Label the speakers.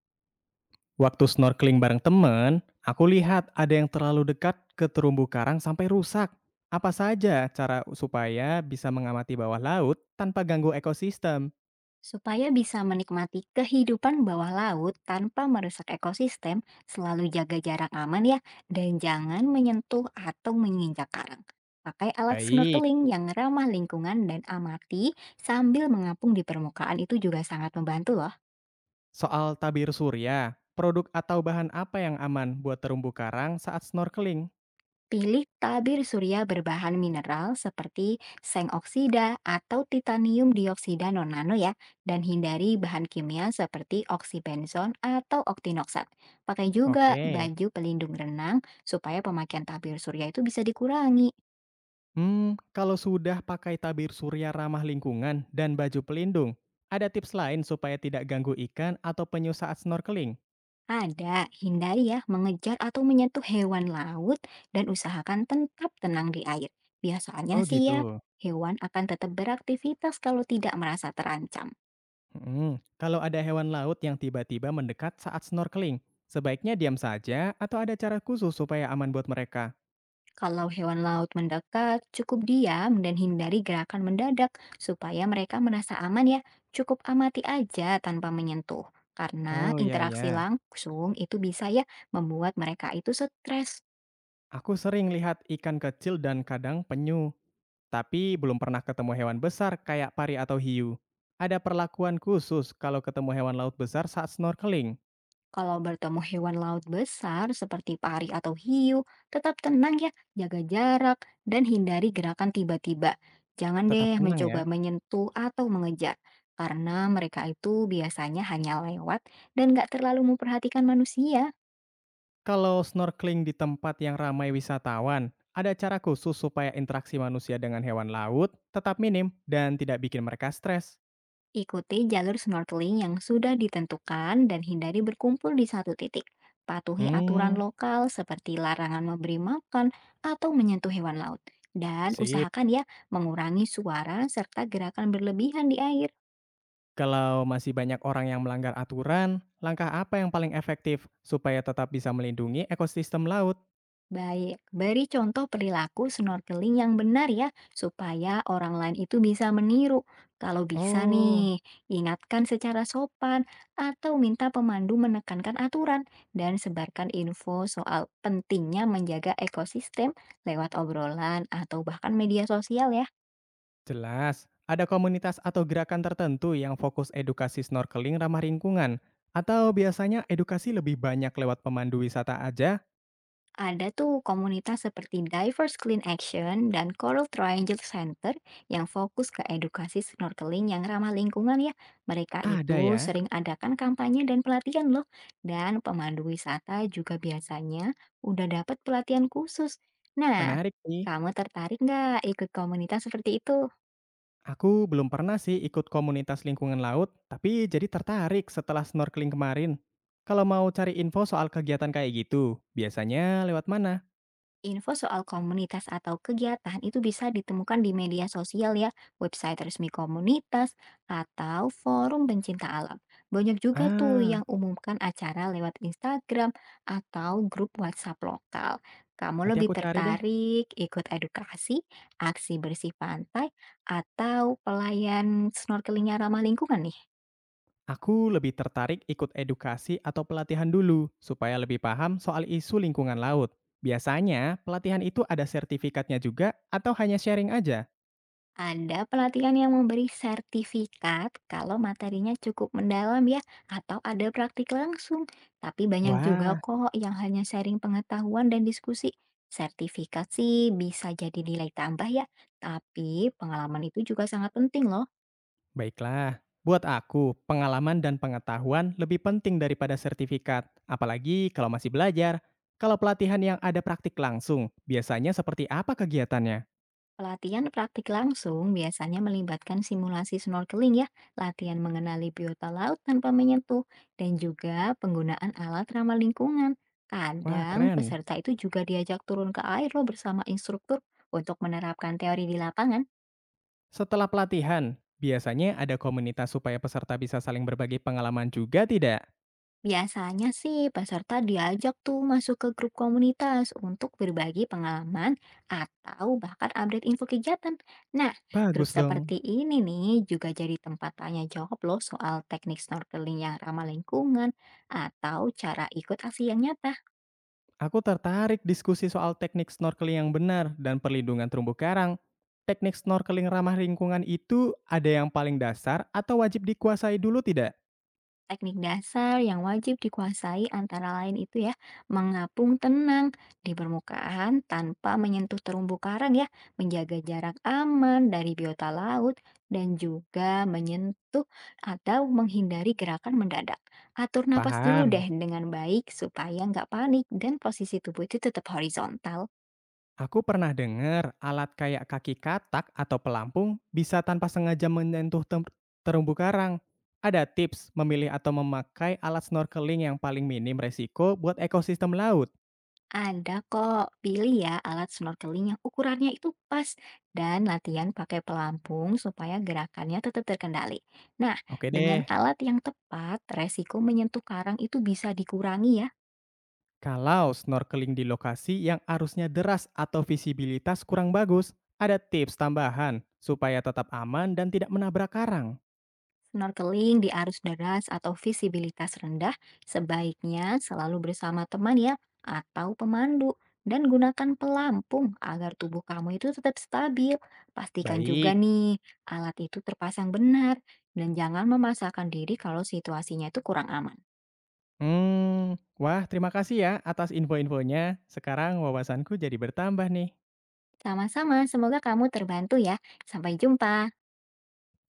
Speaker 1: Waktu snorkeling bareng temen, aku lihat ada yang terlalu dekat ke terumbu karang sampai rusak. Apa saja cara supaya bisa mengamati bawah laut tanpa ganggu ekosistem?
Speaker 2: Supaya bisa menikmati kehidupan bawah laut tanpa merusak ekosistem, selalu jaga jarak aman ya, dan jangan menyentuh atau menginjak karang. Pakai alat
Speaker 1: Baik,
Speaker 2: snorkeling yang ramah lingkungan dan amati sambil mengapung di permukaan itu juga sangat membantu loh.
Speaker 1: soal tabir surya, produk atau bahan apa yang aman buat terumbu karang saat snorkeling?
Speaker 2: Pilih tabir surya berbahan mineral seperti seng oksida atau titanium dioksida non-nano ya, dan hindari bahan kimia seperti oksibenzon atau oktinoksat. Pakai juga
Speaker 1: Oke.
Speaker 2: baju pelindung renang supaya pemakaian tabir surya itu bisa dikurangi.
Speaker 1: Kalau sudah pakai tabir surya ramah lingkungan dan baju pelindung, ada tips lain supaya tidak ganggu ikan atau penyu saat snorkeling?
Speaker 2: Ada, hindari ya mengejar atau menyentuh hewan laut dan usahakan tetap tenang di air. Biasanya
Speaker 1: Oh
Speaker 2: sih ya,
Speaker 1: gitu.
Speaker 2: hewan akan tetap beraktivitas kalau tidak merasa terancam.
Speaker 1: Mhm. Kalau ada hewan laut yang tiba-tiba mendekat saat snorkeling, sebaiknya diam saja atau ada cara khusus supaya aman buat mereka?
Speaker 2: Kalau hewan laut mendekat, cukup diam dan hindari gerakan mendadak supaya mereka merasa aman ya. Cukup amati aja tanpa menyentuh. Karena
Speaker 1: Oh ya
Speaker 2: interaksi
Speaker 1: ya,
Speaker 2: langsung itu bisa ya membuat mereka itu stres.
Speaker 1: aku sering lihat ikan kecil dan kadang penyu, tapi belum pernah ketemu hewan besar kayak pari atau hiu. Ada perlakuan khusus kalau ketemu hewan laut besar saat snorkeling.
Speaker 2: Kalau bertemu hewan laut besar seperti pari atau hiu, tetap tenang ya, jaga jarak dan hindari gerakan tiba-tiba. Jangan
Speaker 1: Tetap
Speaker 2: deh
Speaker 1: tenang ya.
Speaker 2: mencoba menyentuh atau mengejar, karena mereka itu biasanya hanya lewat dan nggak terlalu memperhatikan manusia.
Speaker 1: Kalau snorkeling di tempat yang ramai wisatawan, ada cara khusus supaya interaksi manusia dengan hewan laut tetap minim dan tidak bikin mereka stres.
Speaker 2: Ikuti jalur snorkeling yang sudah ditentukan dan hindari berkumpul di satu titik. Patuhi aturan
Speaker 1: Hmm.
Speaker 2: lokal seperti larangan memberi makan atau menyentuh hewan laut. Dan
Speaker 1: Sip.
Speaker 2: usahakan ya mengurangi suara serta gerakan berlebihan di air.
Speaker 1: Kalau masih banyak orang yang melanggar aturan, langkah apa yang paling efektif supaya tetap bisa melindungi ekosistem laut?
Speaker 2: Baik, beri contoh perilaku snorkeling yang benar ya, supaya orang lain itu bisa meniru. Kalau bisa
Speaker 1: Oh,
Speaker 2: nih, ingatkan secara sopan atau minta pemandu menekankan aturan dan sebarkan info soal pentingnya menjaga ekosistem lewat obrolan atau bahkan media sosial ya.
Speaker 1: jelas. Ada komunitas atau gerakan tertentu yang fokus edukasi snorkeling ramah lingkungan? Atau biasanya edukasi lebih banyak lewat pemandu wisata aja?
Speaker 2: Ada tuh komunitas seperti Divers Clean Action dan Coral Triangle Center yang fokus ke edukasi snorkeling yang ramah lingkungan ya. Mereka
Speaker 1: Ada
Speaker 2: itu
Speaker 1: ya.
Speaker 2: sering adakan kampanye dan pelatihan loh. Dan pemandu wisata juga biasanya udah dapat pelatihan khusus. Nah,
Speaker 1: Menarik sih.
Speaker 2: kamu tertarik nggak ikut komunitas seperti itu?
Speaker 1: Aku belum pernah sih ikut komunitas lingkungan laut, tapi jadi tertarik setelah snorkeling kemarin. Kalau mau cari info soal kegiatan kayak gitu, biasanya lewat mana?
Speaker 2: Info soal komunitas atau kegiatan itu bisa ditemukan di media sosial ya, website resmi komunitas, atau forum pencinta alam. Banyak juga tuh
Speaker 1: Ah,
Speaker 2: yang umumkan acara lewat Instagram atau grup WhatsApp lokal. Kamu
Speaker 1: nanti aku
Speaker 2: lebih
Speaker 1: cari deh.
Speaker 2: tertarik ikut edukasi, aksi bersih pantai, atau pelayan snorkelingnya ramah lingkungan nih?
Speaker 1: Aku lebih tertarik ikut edukasi atau pelatihan dulu, supaya lebih paham soal isu lingkungan laut. Biasanya, pelatihan itu ada sertifikatnya juga atau hanya sharing aja?
Speaker 2: Ada pelatihan yang memberi sertifikat kalau materinya cukup mendalam ya, atau ada praktik langsung. Tapi banyak juga
Speaker 1: Wah,
Speaker 2: kok yang hanya sharing pengetahuan dan diskusi. Sertifikat sih bisa jadi nilai tambah ya, tapi pengalaman itu juga sangat penting loh.
Speaker 1: baiklah. Buat aku, pengalaman dan pengetahuan lebih penting daripada sertifikat, apalagi kalau masih belajar. Kalau pelatihan yang ada praktik langsung, biasanya seperti apa kegiatannya?
Speaker 2: Pelatihan praktik langsung biasanya melibatkan simulasi snorkeling ya, latihan mengenali biota laut tanpa menyentuh, dan juga penggunaan alat ramah lingkungan.
Speaker 1: Wah,
Speaker 2: Kadang
Speaker 1: keren.
Speaker 2: peserta itu juga diajak turun ke air loh bersama instruktur untuk menerapkan teori di lapangan.
Speaker 1: Setelah pelatihan, biasanya ada komunitas supaya peserta bisa saling berbagi pengalaman juga tidak?
Speaker 2: Biasanya sih peserta diajak tuh masuk ke grup komunitas untuk berbagi pengalaman atau bahkan update info kegiatan. Nah,
Speaker 1: Bagus
Speaker 2: grup
Speaker 1: dong.
Speaker 2: seperti ini nih juga jadi tempat tanya jawab loh soal teknik snorkeling yang ramah lingkungan atau cara ikut aksi yang nyata.
Speaker 1: Aku tertarik diskusi soal teknik snorkeling yang benar dan perlindungan terumbu karang. Teknik snorkeling ramah lingkungan itu ada yang paling dasar atau wajib dikuasai dulu tidak?
Speaker 2: Teknik dasar yang wajib dikuasai antara lain itu ya, mengapung tenang di permukaan tanpa menyentuh terumbu karang ya, menjaga jarak aman dari biota laut, dan juga menyentuh atau menghindari gerakan mendadak. Atur napas dulu
Speaker 1: Paham.
Speaker 2: deh dengan baik supaya nggak panik dan posisi tubuh itu tetap horizontal.
Speaker 1: Aku pernah dengar alat kayak kaki katak atau pelampung bisa tanpa sengaja menyentuh terumbu karang. Ada tips memilih atau memakai alat snorkeling yang paling minim resiko buat ekosistem laut.
Speaker 2: Ada kok, pilih ya alat snorkeling yang ukurannya itu pas dan latihan pakai pelampung supaya gerakannya tetap terkendali. Nah,
Speaker 1: Oke
Speaker 2: dengan
Speaker 1: deh,
Speaker 2: alat yang tepat, resiko menyentuh karang itu bisa dikurangi ya.
Speaker 1: kalau snorkeling di lokasi yang arusnya deras atau visibilitas kurang bagus, ada tips tambahan supaya tetap aman dan tidak menabrak karang.
Speaker 2: Snorkeling di arus deras atau visibilitas rendah sebaiknya selalu bersama teman ya atau pemandu dan gunakan pelampung agar tubuh kamu itu tetap stabil. Pastikan juga
Speaker 1: Baik.
Speaker 2: nih alat itu terpasang benar dan jangan memaksakan diri kalau situasinya itu kurang aman.
Speaker 1: Wah terima kasih ya atas info-infonya. Sekarang wawasanku jadi bertambah nih.
Speaker 2: Sama-sama, semoga kamu terbantu ya. Sampai jumpa.